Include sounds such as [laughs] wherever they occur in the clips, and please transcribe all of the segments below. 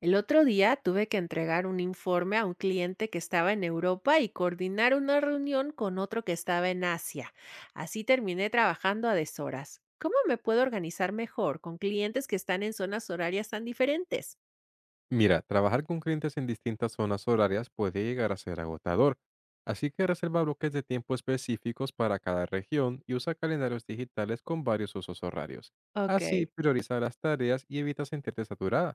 El otro día tuve que entregar un informe a un cliente que estaba en Europa y coordinar una reunión con otro que estaba en Asia. Así terminé trabajando a deshoras. ¿Cómo me puedo organizar mejor con clientes que están en zonas horarias tan diferentes? Mira, trabajar con clientes en distintas zonas horarias puede llegar a ser agotador, así que reserva bloques de tiempo específicos para cada región y usa calendarios digitales con varios usos horarios. Ok. Así prioriza las tareas y evita sentirte saturada.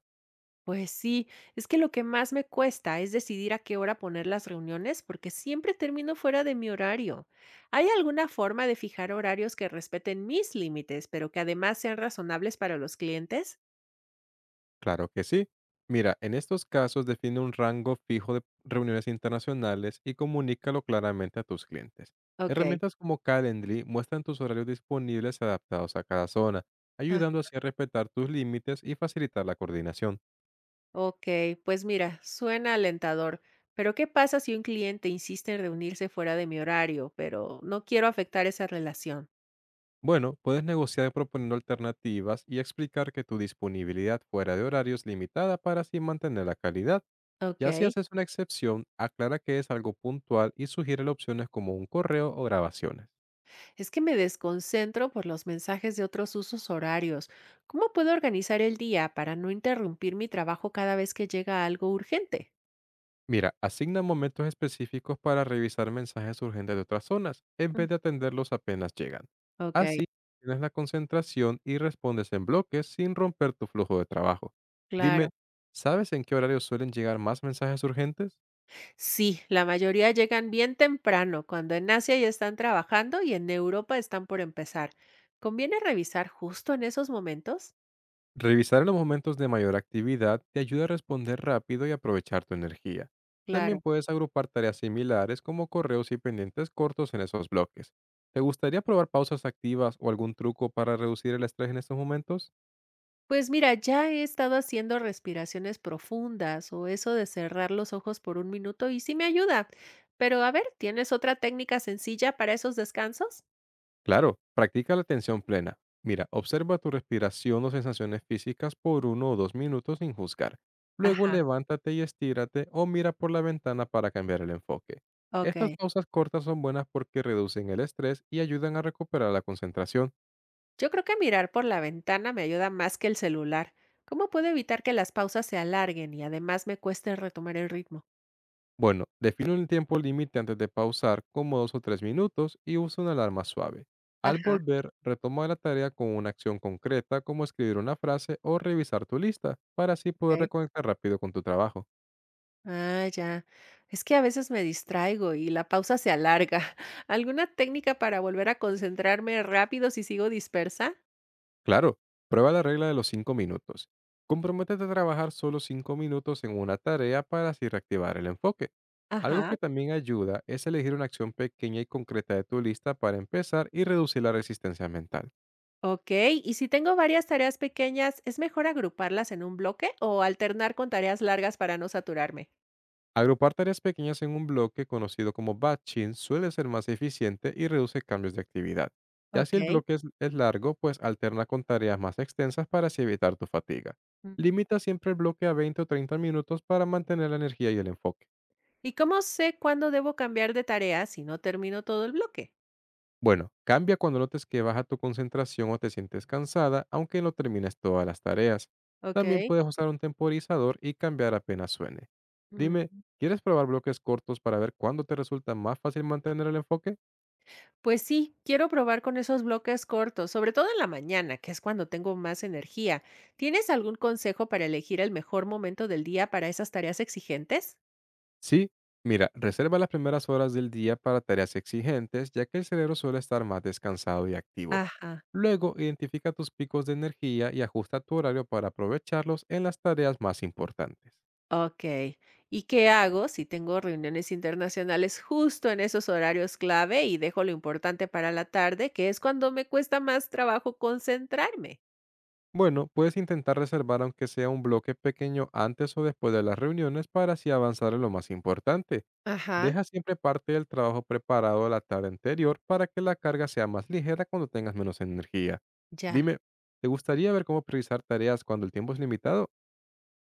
Pues sí, es que lo que más me cuesta es decidir a qué hora poner las reuniones porque siempre termino fuera de mi horario. ¿Hay alguna forma de fijar horarios que respeten mis límites, pero que además sean razonables para los clientes? Claro que sí. Mira, en estos casos define un rango fijo de reuniones internacionales y comunícalo claramente a tus clientes. Ok. Herramientas como Calendly muestran tus horarios disponibles adaptados a cada zona, ayudando así a respetar tus límites y facilitar la coordinación. Ok, pues mira, suena alentador, pero ¿qué pasa si un cliente insiste en reunirse fuera de mi horario, pero no quiero afectar esa relación? Bueno, puedes negociar proponiendo alternativas y explicar que tu disponibilidad fuera de horario es limitada para así mantener la calidad. Ok, Ya si haces una excepción, aclara que es algo puntual y sugiere opciones como un correo o grabaciones. es que me desconcentro por los mensajes de otros usos horarios. ¿Cómo puedo organizar el día para no interrumpir mi trabajo cada vez que llega algo urgente? Mira, asigna momentos específicos para revisar mensajes urgentes de otras zonas, en Mm. vez de atenderlos apenas llegan. Ok, Así, tienes la concentración y respondes en bloques sin romper tu flujo de trabajo. claro. Dime, ¿sabes en qué horario suelen llegar más mensajes urgentes? Sí, la mayoría llegan bien temprano, cuando en Asia ya están trabajando y en Europa están por empezar. ¿Conviene revisar justo en esos momentos? Revisar en los momentos de mayor actividad te ayuda a responder rápido y aprovechar tu energía. También Claro. puedes agrupar tareas similares como correos y pendientes cortos en esos bloques. ¿Te gustaría probar pausas activas o algún truco para reducir el estrés en estos momentos? Pues mira, ya he estado haciendo respiraciones profundas o eso de cerrar los ojos por un minuto y sí me ayuda. Pero a ver, ¿tienes otra técnica sencilla para esos descansos? Claro, practica la atención plena. Mira, observa tu respiración o sensaciones físicas por 1 o 2 minutos sin juzgar. Luego Ajá, levántate y estírate o mira por la ventana para cambiar el enfoque. ok. Estas pausas cortas son buenas porque reducen el estrés y ayudan a recuperar la concentración. Yo creo que mirar por la ventana me ayuda más que el celular. ¿Cómo puedo evitar que las pausas se alarguen y además me cueste retomar el ritmo? Bueno, define un tiempo límite antes de pausar, como 2 o 3 minutos, y usa una alarma suave. Al Ajá, volver, retoma la tarea con una acción concreta como escribir una frase o revisar tu lista, para así poder ok. reconectar rápido con tu trabajo. Ah, ya. Es que a veces me distraigo y la pausa se alarga. [laughs] ¿Alguna técnica para volver a concentrarme rápido si sigo dispersa? Claro, prueba la regla de los 5 minutos. Comprométete a trabajar solo 5 minutos en una tarea para así reactivar el enfoque. Algo Ajá. que también ayuda es elegir una acción pequeña y concreta de tu lista para empezar y reducir la resistencia mental. Ok, y si tengo varias tareas pequeñas, ¿es mejor agruparlas en un bloque o alternar con tareas largas para no saturarme? Agrupar tareas pequeñas en un bloque conocido como batching suele ser más eficiente y reduce cambios de actividad. Ya si el Ok. bloque es largo, pues alterna con tareas más extensas para así evitar tu fatiga. Mm. Limita siempre el bloque a 20 o 30 minutos para mantener la energía y el enfoque. ¿Y cómo sé cuándo debo cambiar de tarea si no termino todo el bloque? Bueno, cambia cuando notes que baja tu concentración o te sientes cansada, aunque no termines todas las tareas. También Ok. puedes usar un temporizador y cambiar apenas suene. Mm. Dime, ¿quieres probar bloques cortos para ver cuándo te resulta más fácil mantener el enfoque? Pues sí, quiero probar con esos bloques cortos, sobre todo en la mañana, que es cuando tengo más energía. ¿Tienes algún consejo para elegir el mejor momento del día para esas tareas exigentes? Sí. Mira, reserva las primeras horas del día para tareas exigentes, ya que el cerebro suele estar más descansado y activo. Ajá. Luego, identifica tus picos de energía y ajusta tu horario para aprovecharlos en las tareas más importantes. Okey. ¿Y qué hago si tengo reuniones internacionales justo en esos horarios clave y dejo lo importante para la tarde, que es cuando me cuesta más trabajo concentrarme? Bueno, puedes intentar reservar aunque sea un bloque pequeño antes o después de las reuniones para así avanzar en lo más importante. Ajá, Deja siempre parte del trabajo preparado la tarde anterior para que la carga sea más ligera cuando tengas menos energía. ya. Dime, ¿te gustaría ver cómo priorizar tareas cuando el tiempo es limitado?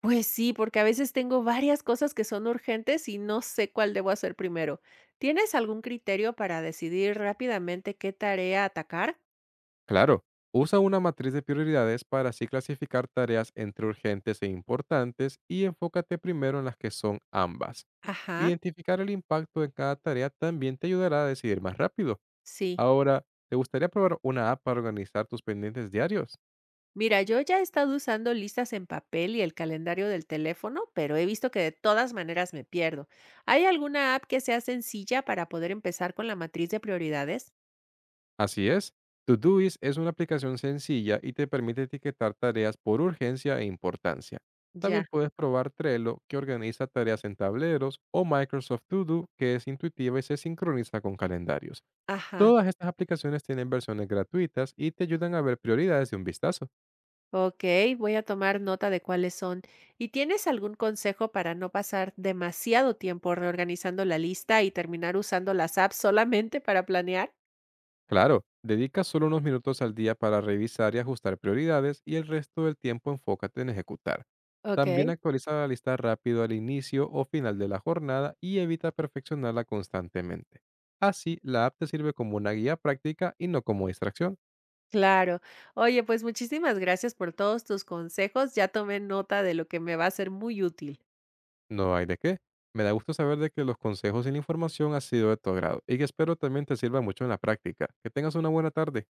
Pues sí, porque a veces tengo varias cosas que son urgentes y no sé cuál debo hacer primero. ¿Tienes algún criterio para decidir rápidamente qué tarea atacar? Claro, usa una matriz de prioridades para así clasificar tareas entre urgentes e importantes y enfócate primero en las que son ambas. Ajá. Identificar el impacto de cada tarea también te ayudará a decidir más rápido. Sí. Ahora, ¿te gustaría probar una app para organizar tus pendientes diarios? Mira, yo ya he estado usando listas en papel y el calendario del teléfono, pero he visto que de todas maneras me pierdo. ¿Hay alguna app que sea sencilla para poder empezar con la matriz de prioridades? Así es. Todoist es una aplicación sencilla y te permite etiquetar tareas por urgencia e importancia. Ya, También puedes probar Trello, que organiza tareas en tableros, o Microsoft To Do, que es intuitiva y se sincroniza con calendarios. ajá. Todas estas aplicaciones tienen versiones gratuitas y te ayudan a ver prioridades de un vistazo. Ok, voy a tomar nota de cuáles son. ¿Y tienes algún consejo para no pasar demasiado tiempo reorganizando la lista y terminar usando las apps solamente para planear? Claro, dedica solo unos minutos al día para revisar y ajustar prioridades y el resto del tiempo enfócate en ejecutar. Ok, También actualiza la lista rápido al inicio o final de la jornada y evita perfeccionarla constantemente. Así, la app te sirve como una guía práctica y no como distracción. claro. Oye, pues muchísimas gracias por todos tus consejos. Ya tomé nota de lo que me va a ser muy útil. No hay de qué. Me da gusto saber de que los consejos y la información han sido de tu agrado y que espero también te sirva mucho en la práctica. Que tengas una buena tarde.